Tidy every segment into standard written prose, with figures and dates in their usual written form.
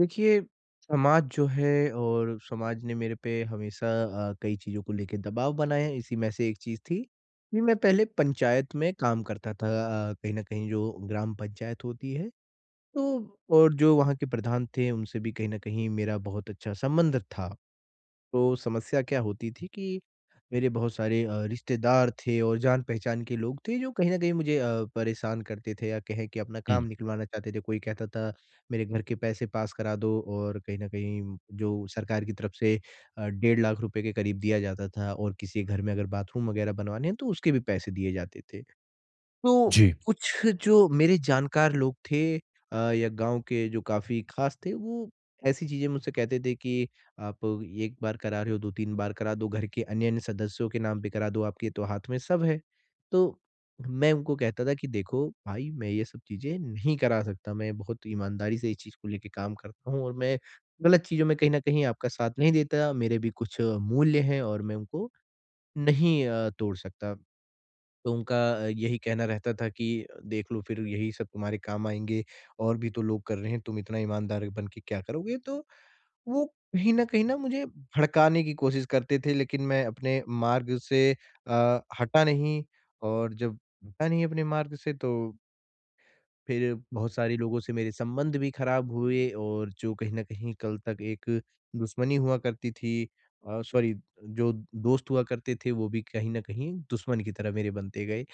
देखिए, समाज जो है और समाज ने मेरे पे हमेशा कई चीज़ों को लेके दबाव बनाया है। इसी में से एक चीज़ थी कि मैं पहले पंचायत में काम करता था। कहीं न कहीं जो ग्राम पंचायत होती है, तो और जो वहाँ के प्रधान थे, उनसे भी कहीं न कहीं मेरा बहुत अच्छा संबंध था। तो समस्या क्या होती थी कि मेरे बहुत सारे रिश्तेदार थे और जान-पहचान के लोग थे जो कहीं न कहीं मुझे परेशान करते थे या कहें कि अपना काम हुँ। निकलवाना चाहते थे। कोई कहता था, मेरे घर के पैसे पास करा दो। और कहीं न कहीं जो सरकार की तरफ से 1.5 लाख रुपए के करीब दिया जाता था, और किसी के घर में अगर बाथरूम वगैरह बनवाने हैं तो उसके भी पैसे दिए जाते थे। तो जी। कुछ जो मेरे जानकार लोग थे, या गाँव के जो काफ़ी ख़ास थे, वो ऐसी चीज़ें मुझसे कहते थे कि आप 1 बार करा रहे हो, 2-3 बार करा दो, घर के अन्य-अन्य सदस्यों के नाम पे करा दो, आपके तो हाथ में सब है। तो मैं उनको कहता था कि देखो भाई, मैं ये सब चीज़ें नहीं करा सकता, मैं बहुत ईमानदारी से इस चीज़ को लेके काम करता हूँ, और मैं गलत चीज़ों में कहीं न कहीं आपका साथ नहीं देता। मेरे भी कुछ मूल्य हैं और मैं उनको नहीं तोड़ सकता। तो उनका यही कहना रहता था कि देख लो, फिर यही सब तुम्हारे काम आएँगे, और भी तो लोग कर रहे हैं, तुम इतना ईमानदार बन के क्या करोगे? तो वो कहीं न मुझे भड़काने की कोशिश करते थे, लेकिन मैं अपने मार्ग से हटा नहीं, और जब हटा नहीं अपने मार्ग से, तो फिर बहुत सारे लोगों से मेरे संबंध भी खराब हुए, और जो कहीं न कहीं कल तक एक दुश्मनी हुआ करती थी, सॉरी, जो दोस्त हुआ करते थे, वो भी कहीं न कहीं दुश्मन की तरह मेरे बनते गए।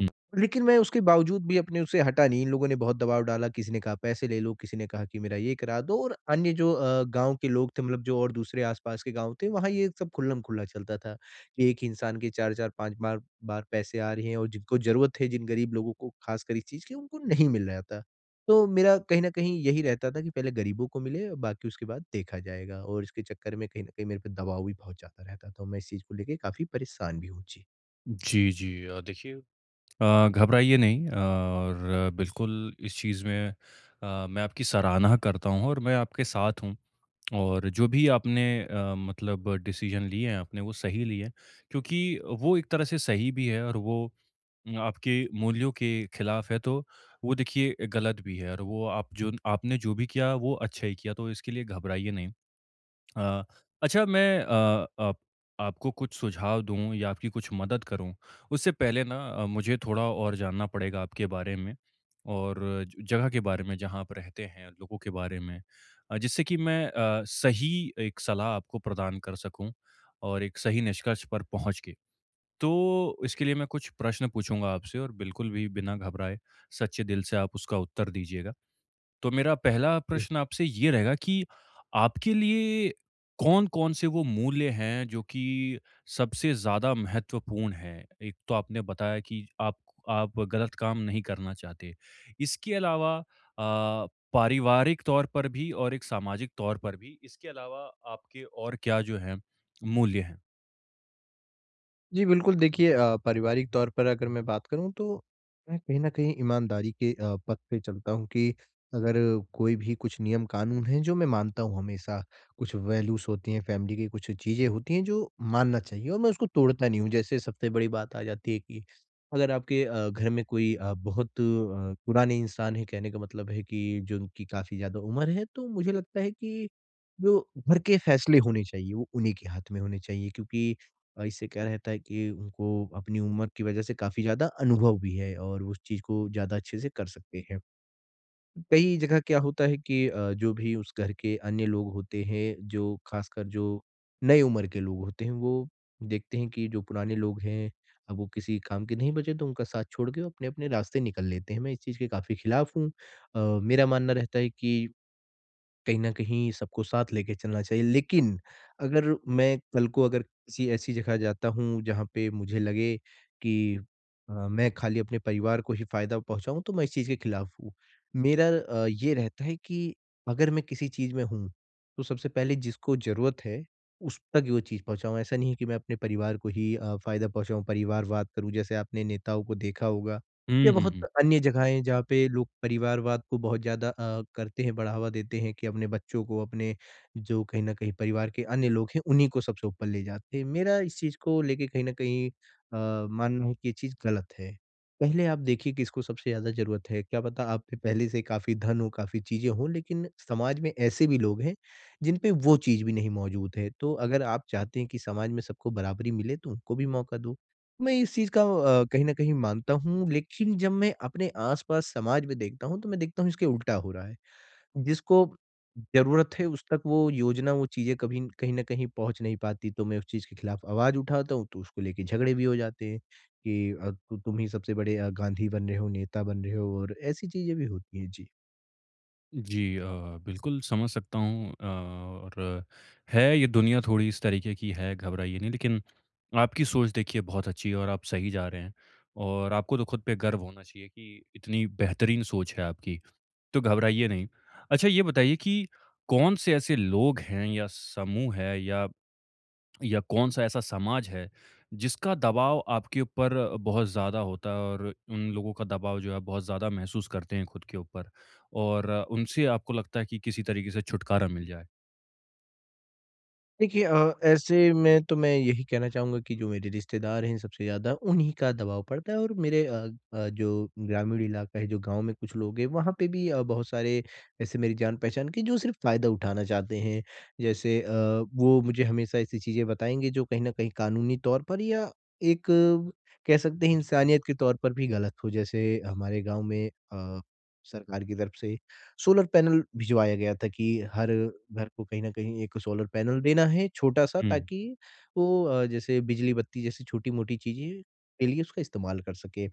हुँ। लेकिन मैं उसके बावजूद भी अपने उसे हटा नहीं। इन लोगों ने बहुत दबाव डाला, किसी ने कहा पैसे ले लो, किसी ने कहा कि मेरा ये करा दो, और अन्य जो गाँव के लोग थे, मतलब जो और दूसरे आस-पास के गाँव थे, वहाँ ये सब खुल्लम-खुल्ला चलता था कि एक ही इंसान के 4-4, 5 बार बार पैसे आ रहे हैं, और जिनको ज़रूरत है, जिन गरीब लोगों को खासकर इस चीज़ की, उनको नहीं मिल रहा था। तो मेरा कहीं न कहीं यही रहता था कि पहले गरीबों को मिले, बाकी उसके बाद देखा जाएगा। और इसके चक्कर में कहीं न कहीं मेरे पे दबाव भी बहुत ज़्यादा रहता था, और मैं इस चीज़ को लेके काफ़ी परेशान भी हूँ। जी। जी, जी। देखिए घबराइए नहीं और बिल्कुल इस चीज़ में मैं आपकी सराहना करता हूँ और मैं आपके साथ हूँ। और जो भी आपने मतलब डिसीज़न लिए हैं आपने वो सही लिए हैं, क्योंकि वो एक तरह से सही भी है और वो आपके मूल्यों के खिलाफ है, तो वो देखिए गलत भी है और वो आप जो आपने जो भी किया वो अच्छा ही किया, तो इसके लिए घबराइए नहीं। अ, अच्छा मैं अ, आप आपको कुछ सुझाव दूँ या आपकी कुछ मदद करूँ, उससे पहले ना मुझे थोड़ा और जानना पड़ेगा आपके बारे में और ज जगह के बारे में जहाँ आप रहते हैं, लोगों के बारे में। जिससे कि मैं सही एक सलाह आपको प्रदान कर सकूँ और एक सही निष्कर्ष पर पहुँच के। तो इसके लिए मैं कुछ प्रश्न पूछूँगा आपसे और बिल्कुल भी बिना घबराए सच्चे दिल से आप उसका उत्तर दीजिएगा। तो मेरा पहला प्रश्न आपसे ये रहेगा कि आपके लिए कौन-कौन से वो मूल्य हैं जो कि सबसे ज़्यादा महत्वपूर्ण हैं? एक तो आपने बताया कि आप गलत काम नहीं करना चाहते। इसके अलावा पारिवारिक तौर पर भी और एक सामाजिक तौर पर भी, इसके अलावा आपके और क्या जो हैं मूल्य हैं? जी, बिल्कुल देखिए, पारिवारिक तौर पर अगर मैं बात करूँ तो मैं कहीं न कहीं ईमानदारी के पथ पे चलता हूँ कि अगर कोई भी कुछ नियम कानून हैं जो मैं मानता हूँ हमेशा, कुछ वैल्यूज़ होती हैं, फ़ैमिली की कुछ चीज़ें होती हैं जो मानना चाहिए, और मैं उसको तोड़ता नहीं हूँ। जैसे सबसे बड़ी बात आ जाती है कि अगर आपके घर में कोई बहुत पुराने इंसान है, कहने का मतलब है कि जो उनकी काफ़ी ज़्यादा उम्र है, तो मुझे लगता है कि जो घर के फैसले होने चाहिए, वो उन्हीं के हाथ में होने चाहिए, क्योंकि इससे क्या रहता है कि उनको अपनी उम्र की वजह से काफ़ी ज़्यादा अनुभव भी है, और वो उस चीज़ को ज़्यादा अच्छे से कर सकते हैं। कई जगह क्या होता है कि जो भी उस घर के अन्य लोग होते हैं, जो खासकर जो नई उम्र के लोग होते हैं, वो देखते हैं कि जो पुराने लोग हैं, अब वो किसी काम के नहीं बचे, तो उनका साथ छोड़ के वो अपने-अपने रास्ते निकल लेते हैं। मैं इस चीज़ के काफ़ी खिलाफ़ हूँ। मेरा मानना रहता है कि कहीं न कहीं सबको साथ लेके चलना चाहिए। लेकिन अगर मैं कल को अगर किसी ऐसी जगह जाता हूँ जहाँ पे मुझे लगे कि मैं खाली अपने परिवार को ही फ़ायदा पहुँचाऊँ, तो मैं इस चीज़ के खिलाफ हूँ। मेरा ये रहता है कि अगर मैं किसी चीज़ में हूँ, तो सबसे पहले जिसको ज़रूरत है, उस तक वो चीज़ पहुँचाऊँ। ऐसा नहीं है कि मैं अपने परिवार को ही फ़ायदा पहुँचाऊँ, परिवारवाद करूँ, जैसे आपने नेताओं को देखा होगा। या हुँ, हुँ, बहुत हुँ। अन्य जगहें जहाँ पे लोग परिवारवाद को बहुत ज़्यादा करते हैं, बढ़ावा देते हैं कि अपने बच्चों को, अपने जो कहीं न कहीं परिवार के अन्य लोग हैं, उन्हीं को सबसे ऊपर ले जाते हैं। मेरा इस चीज़ को लेके कहीं न कहीं मानना है कि ये चीज़ गलत है। पहले आप देखिए किसको सबसे ज़्यादा ज़रूरत है, क्या पता आप पे पहले से काफ़ी धन हो, काफ़ी चीज़ें हों, लेकिन समाज में ऐसे भी लोग हैं, जिन पे वो चीज़ भी नहीं मौजूद है। तो अगर आप चाहते हैं कि समाज में सबको बराबरी मिले, तो उनको भी मौका दो। मैं इस चीज़ का कहीं न कहीं मानता हूँ, लेकिन जब मैं अपने आस-पास समाज में देखता हूँ, तो मैं देखता हूँ इसके उल्टा हो रहा है। जिसको ज़रूरत है उस तक वो योजना, वो चीज़ें कभी न- कहीं न कहीं पहुँच नहीं पाती, तो मैं उस चीज़ के खिलाफ आवाज़ उठाता हूँ, तो उसको लेके झगड़े भी हो जाते हैं कि तु तुम ही सबसे बड़े गांधी बन रहे हो, नेता बन रहे हो, और ऐसी चीज़ें भी होती हैं। जी। जी, बिल्कुल समझ सकता हूँ और है ये दुनिया थोड़ी इस तरीके की है, घबराइए नहीं। लेकिन आपकी सोच देखिए बहुत अच्छी है और आप सही जा रहे हैं और आपको तो खुद पे गर्व होना चाहिए कि इतनी बेहतरीन सोच है आपकी, तो घबराइए नहीं। अच्छा ये बताइए कि कौन से ऐसे लोग हैं या समूह है या कौन-सा ऐसा समाज है, जिसका दबाव आपके ऊपर बहुत ज़्यादा होता है और उन लोगों का दबाव जो है बहुत ज़्यादा महसूस करते हैं खुद के ऊपर और उनसे आपको लगता है कि किसी तरीके से छुटकारा मिल जाए? देखिए, ऐसे में तो मैं यही कहना चाहूँगा कि जो मेरे रिश्तेदार हैं सबसे ज़्यादा उन्हीं का दबाव पड़ता है, और मेरे जो ग्रामीण इलाका है, जो गाँव में कुछ लोग हैं, वहाँ पे भी बहुत सारे ऐसे मेरी जान पहचान के, जो सिर्फ़ फ़ायदा उठाना चाहते हैं। जैसे वो मुझे हमेशा ऐसी चीज़ें बताएँगे, जो कहीं न कहीं कानूनी तौर पर या एक कह सकते हैं इंसानियत के तौर पर भी गलत हो। जैसे हमारे गाँव में सरकार की तरफ से सोलर पैनल भिजवाया गया था कि हर घर को कहीं न कहीं एक सोलर पैनल देना है, छोटा-सा, हुँ। ताकि वो जैसे बिजली बत्ती जैसी छोटी-मोटी चीज़ें के लिए उसका इस्तेमाल कर सके।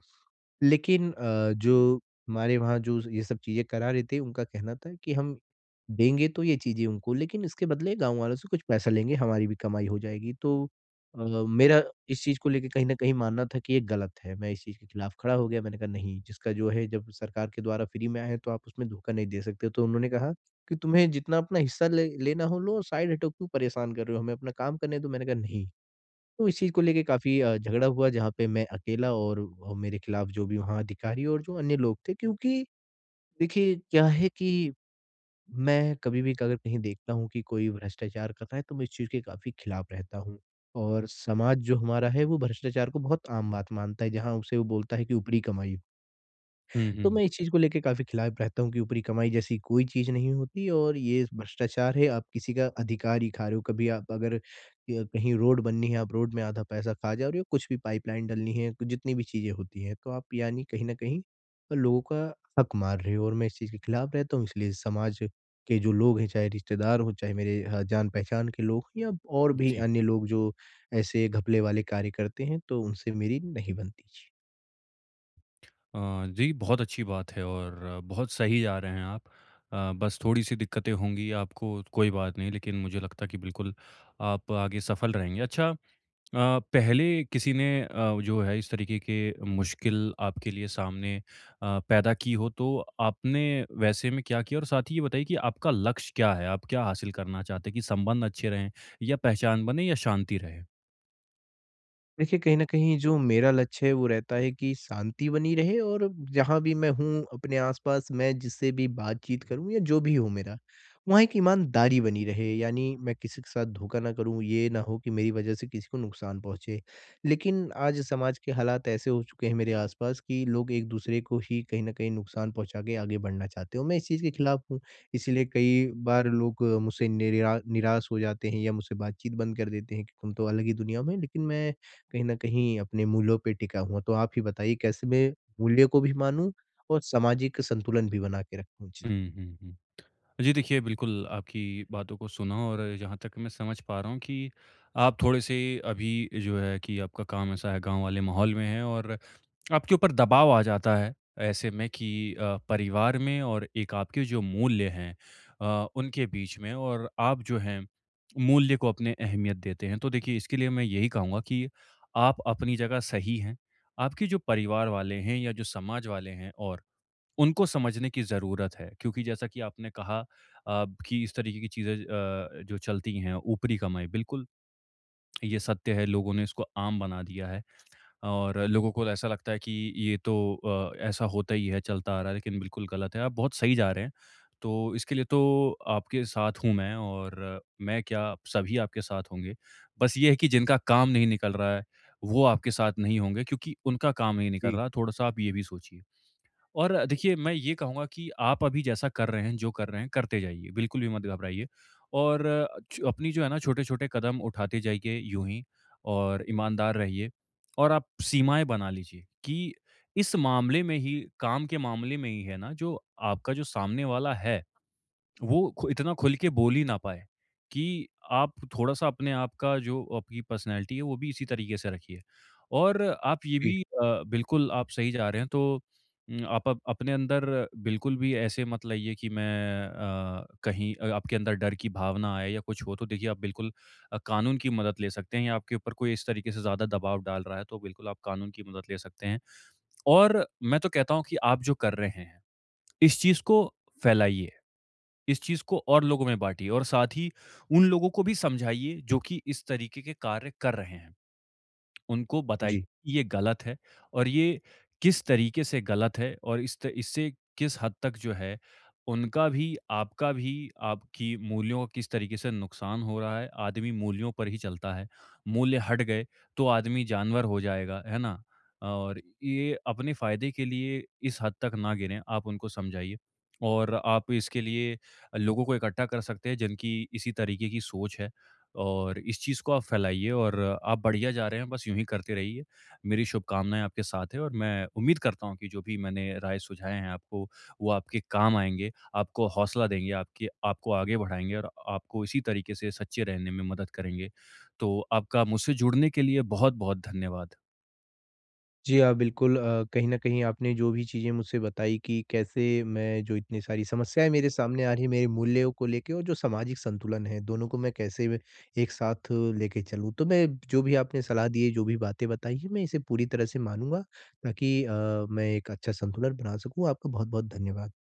लेकिन जो हमारे वहाँ जो ये सब चीज़ें करा रहे थे, उनका कहना था कि हम देंगे तो ये चीज़ें उनको, लेकिन इसके बदले गाँव वालों से कुछ पैसा लेंगे, हमारी भी कमाई हो जाएगी। तो मेरा इस चीज़ को लेके कहीं न कहीं मानना था कि ये गलत है। मैं इस चीज़ के खिलाफ खड़ा हो गया, मैंने कहा नहीं, जिसका जो है जब सरकार के द्वारा फ्री में आया है, तो आप उसमें धोखा नहीं दे सकते। तो उन्होंने कहा कि तुम्हें जितना अपना हिस्सा ले लेना हो लो, साइड हटो, क्यों परेशान कर रहे हो हमें, अपना काम करने दो। मैंने कहा नहीं, तो इस चीज़ को लेके काफ़ी झगड़ा हुआ, जहाँ पे मैं अकेला, और मेरे खिलाफ जो भी वहाँ अधिकारी और जो अन्य लोग थे, क्योंकि देखिए क्या है कि मैं कभी भी अगर कहीं देखता हूँ कि कोई भ्रष्टाचार कर रहा है, तो मैं इस चीज़ के काफ़ी खिलाफ रहता हूँ। और समाज जो हमारा है वो भ्रष्टाचार को बहुत आम बात मानता है, जहाँ उसे वो बोलता है कि ऊपरी कमाई। हुँ, हुँ, तो हुँ। मैं इस चीज़ को लेके काफ़ी खिलाफ रहता हूँ कि ऊपरी कमाई जैसी कोई चीज़ नहीं होती, और ये भ्रष्टाचार है, आप किसी का अधिकार ही खा रहे हो। कभी आप अगर क कहीं रोड बननी है, आप रोड में आधा पैसा खा जा रहे हो, कुछ भी पाइपलाइन डलनी है, जितनी भी चीज़ें होती हैं, तो आप यानी कहीं न कहीं लोगों का हक मार रहे हो, और मैं इस चीज़ के खिलाफ रहता हूँ। इसलिए समाज के जो लोग हैं, चाहे रिश्तेदार हों, चाहे मेरे जान-पहचान के लोग हों, या और भी जी। अन्य लोग जो ऐसे घपले वाले कार्य करते हैं, तो उनसे मेरी नहीं बनती। जी। अ, जी, बहुत अच्छी बात है और बहुत सही जा रहे हैं आप। बस थोड़ी-सी दिक्कतें होंगी आपको, कोई बात नहीं, लेकिन मुझे लगता है कि बिल्कुल आप आगे सफल रहेंगे। अच्छा पहले किसी ने जो है इस तरीके के मुश्किल आपके लिए सामने पैदा की हो तो आपने वैसे में क्या किया? और साथ ही ये बताइए कि आपका लक्ष्य क्या है? आप क्या हासिल करना चाहते हैं कि संबंध अच्छे रहें या पहचान बने या शांति रहे? देखिए, कहीं न कहीं जो मेरा लक्ष्य है वो रहता है कि शांति बनी रहे, और जहाँ भी मैं हूँ अपने आस-पास मैं जिससे भी बातचीत करूँ या जो भी हो मेरा, वहाँ एक ईमानदारी बनी रहे। यानी मैं किसी के साथ धोखा ना करूँ, ये ना हो कि मेरी वजह से किसी को नुकसान पहुँचे। लेकिन आज समाज के हालात ऐसे हो चुके हैं मेरे आस-पास कि लोग एक-दूसरे को ही कहीं न कहीं नुकसान पहुँचा के आगे बढ़ना चाहते हैं, और मैं इस चीज़ के खिलाफ हूँ। इसीलिए कई बार लोग मुझसे निराश हो जाते हैं या मुझसे बातचीत बंद कर देते हैं कि तुम तो अलग ही दुनिया में हो। लेकिन मैं कहीं न कहीं अपने मूल्यों पे टिका हुआ। तो आप ही बताइए, कैसे मैं मूल्य को भी मानूँ और सामाजिक संतुलन भी बना के रखूँ? जी। हुँ, हुँ, हुँ। जी देखिए, बिल्कुल आपकी बातों को सुना और जहाँ तक मैं समझ पा रहा हूँ कि आप थोड़े-से अभी जो है कि आपका काम ऐसा है गाँव वाले माहौल में है और आपके ऊपर दबाव आ जाता है ऐसे में कि परिवार में और एक आपके जो मूल्य हैं उनके बीच में और आप जो हैं मूल्य को अपने अहमियत देते हैं। तो देखिए इसके लिए मैं यही कहूँगा कि आप अपनी जगह सही हैं। आपके जो परिवार वाले हैं या जो समाज वाले हैं और उनको समझने की ज़रूरत है, क्योंकि जैसा कि आपने कहा कि इस तरीके की चीज़ें जो चलती हैं ऊपरी कमाई, बिल्कुल ये सत्य है, लोगों ने इसको आम बना दिया है। और लोगों को ऐसा लगता है कि ये तो ऐसा होता ही है, चलता आ रहा है, लेकिन बिल्कुल गलत है। आप बहुत सही जा रहे हैं। तो इसके लिए तो आपके साथ हूँ मैं, और मैं क्या, सभी आपके साथ होंगे। बस ये है कि जिनका काम नहीं निकल रहा है, वो आपके साथ नहीं होंगे, क्योंकि उनका काम नहीं निकल जी, रहा, थोड़ा-सा आप ये भी सोचिए। और देखिए मैं ये कहूँगा कि आप अभी जैसा कर रहे हैं, जो कर रहे हैं करते जाइए, बिल्कुल भी मत घबराइए और च अपनी जो है ना छोटे-छोटे कदम उठाते जाइए यूँ ही, और ईमानदार रहिए, और आप सीमाएँ बना लीजिए कि इस मामले में ही, काम के मामले में ही है ना, जो आपका जो सामने वाला है वो खु इतना खुल के बोल ही ना पाए कि आप थोड़ा-सा अपने आप का जो आपकी पर्सनैलिटी है, वो भी इसी तरीके से रखिए। और आप ये जी, भी बिल्कुल आप सही जा रहे हैं, तो आप अप अपने अंदर बिल्कुल भी ऐसे मत लाइए कि मैं कहीं आपके अंदर डर की भावना आए या कुछ हो, तो देखिए आप बिल्कुल कानून की मदद ले सकते हैं या आपके ऊपर कोई इस तरीके से ज़्यादा दबाव डाल रहा है, तो बिल्कुल आप कानून की मदद ले सकते हैं। और मैं तो कहता हूँ कि आप जो कर रहे हैं, इस चीज़ को फैलाइए। इस चीज़ को और लोगों में बाँटिए और साथ ही उन लोगों को भी समझाइए जो कि इस तरीके के कार्य कर रहे हैं। उनको बताइए जी। कि ये गलत है और ये किस तरीके से गलत है और इस त इससे किस हद तक जो है उनका भी, आपका भी, आपकी मूल्यों का किस तरीके से नुकसान हो रहा है। आदमी मूल्यों पर ही चलता है, मूल्य हट गए तो आदमी जानवर हो जाएगा, है ना? और ये अपने फ़ायदे के लिए इस हद तक ना गिरें, आप उनको समझाइए और आप इसके लिए लोगों को इकट्ठा कर सकते हैं जिनकी इसी तरीके की सोच है। और इस चीज़ को आप फैलाइए, और आप बढ़िया जा रहे हैं, बस यूँ ही करते रहिए। मेरी शुभकामनाएँ आपके साथ हैं और मैं उम्मीद करता हूँ कि जो भी मैंने राय सुझाए हैं आपको, वो आपके काम आएँगे, आपको हौसला देंगे, आपके आपको आगे बढ़ाएँगे और आपको इसी तरीके से सच्चे रहने में मदद करेंगे। तो आपका मुझसे जुड़ने के लिए बहुत-बहुत धन्यवाद। जी, हाँ, बिल्कुल कहीं न कहीं आपने जो भी चीज़ें मुझसे बताई कि कैसे मैं जो इतनी सारी समस्याएँ मेरे सामने आ रही है, मेरे मूल्यों को लेके और जो सामाजिक संतुलन है, दोनों को मैं कैसे एक साथ लेके चलूँ। तो मैं जो भी आपने सलाह दी है, जो भी बातें बताई हैं, मैं इसे पूरी तरह से मानूँगा, ताकि मैं एक अच्छा संतुलन बना सकूँ। आपका बहुत-बहुत धन्यवाद।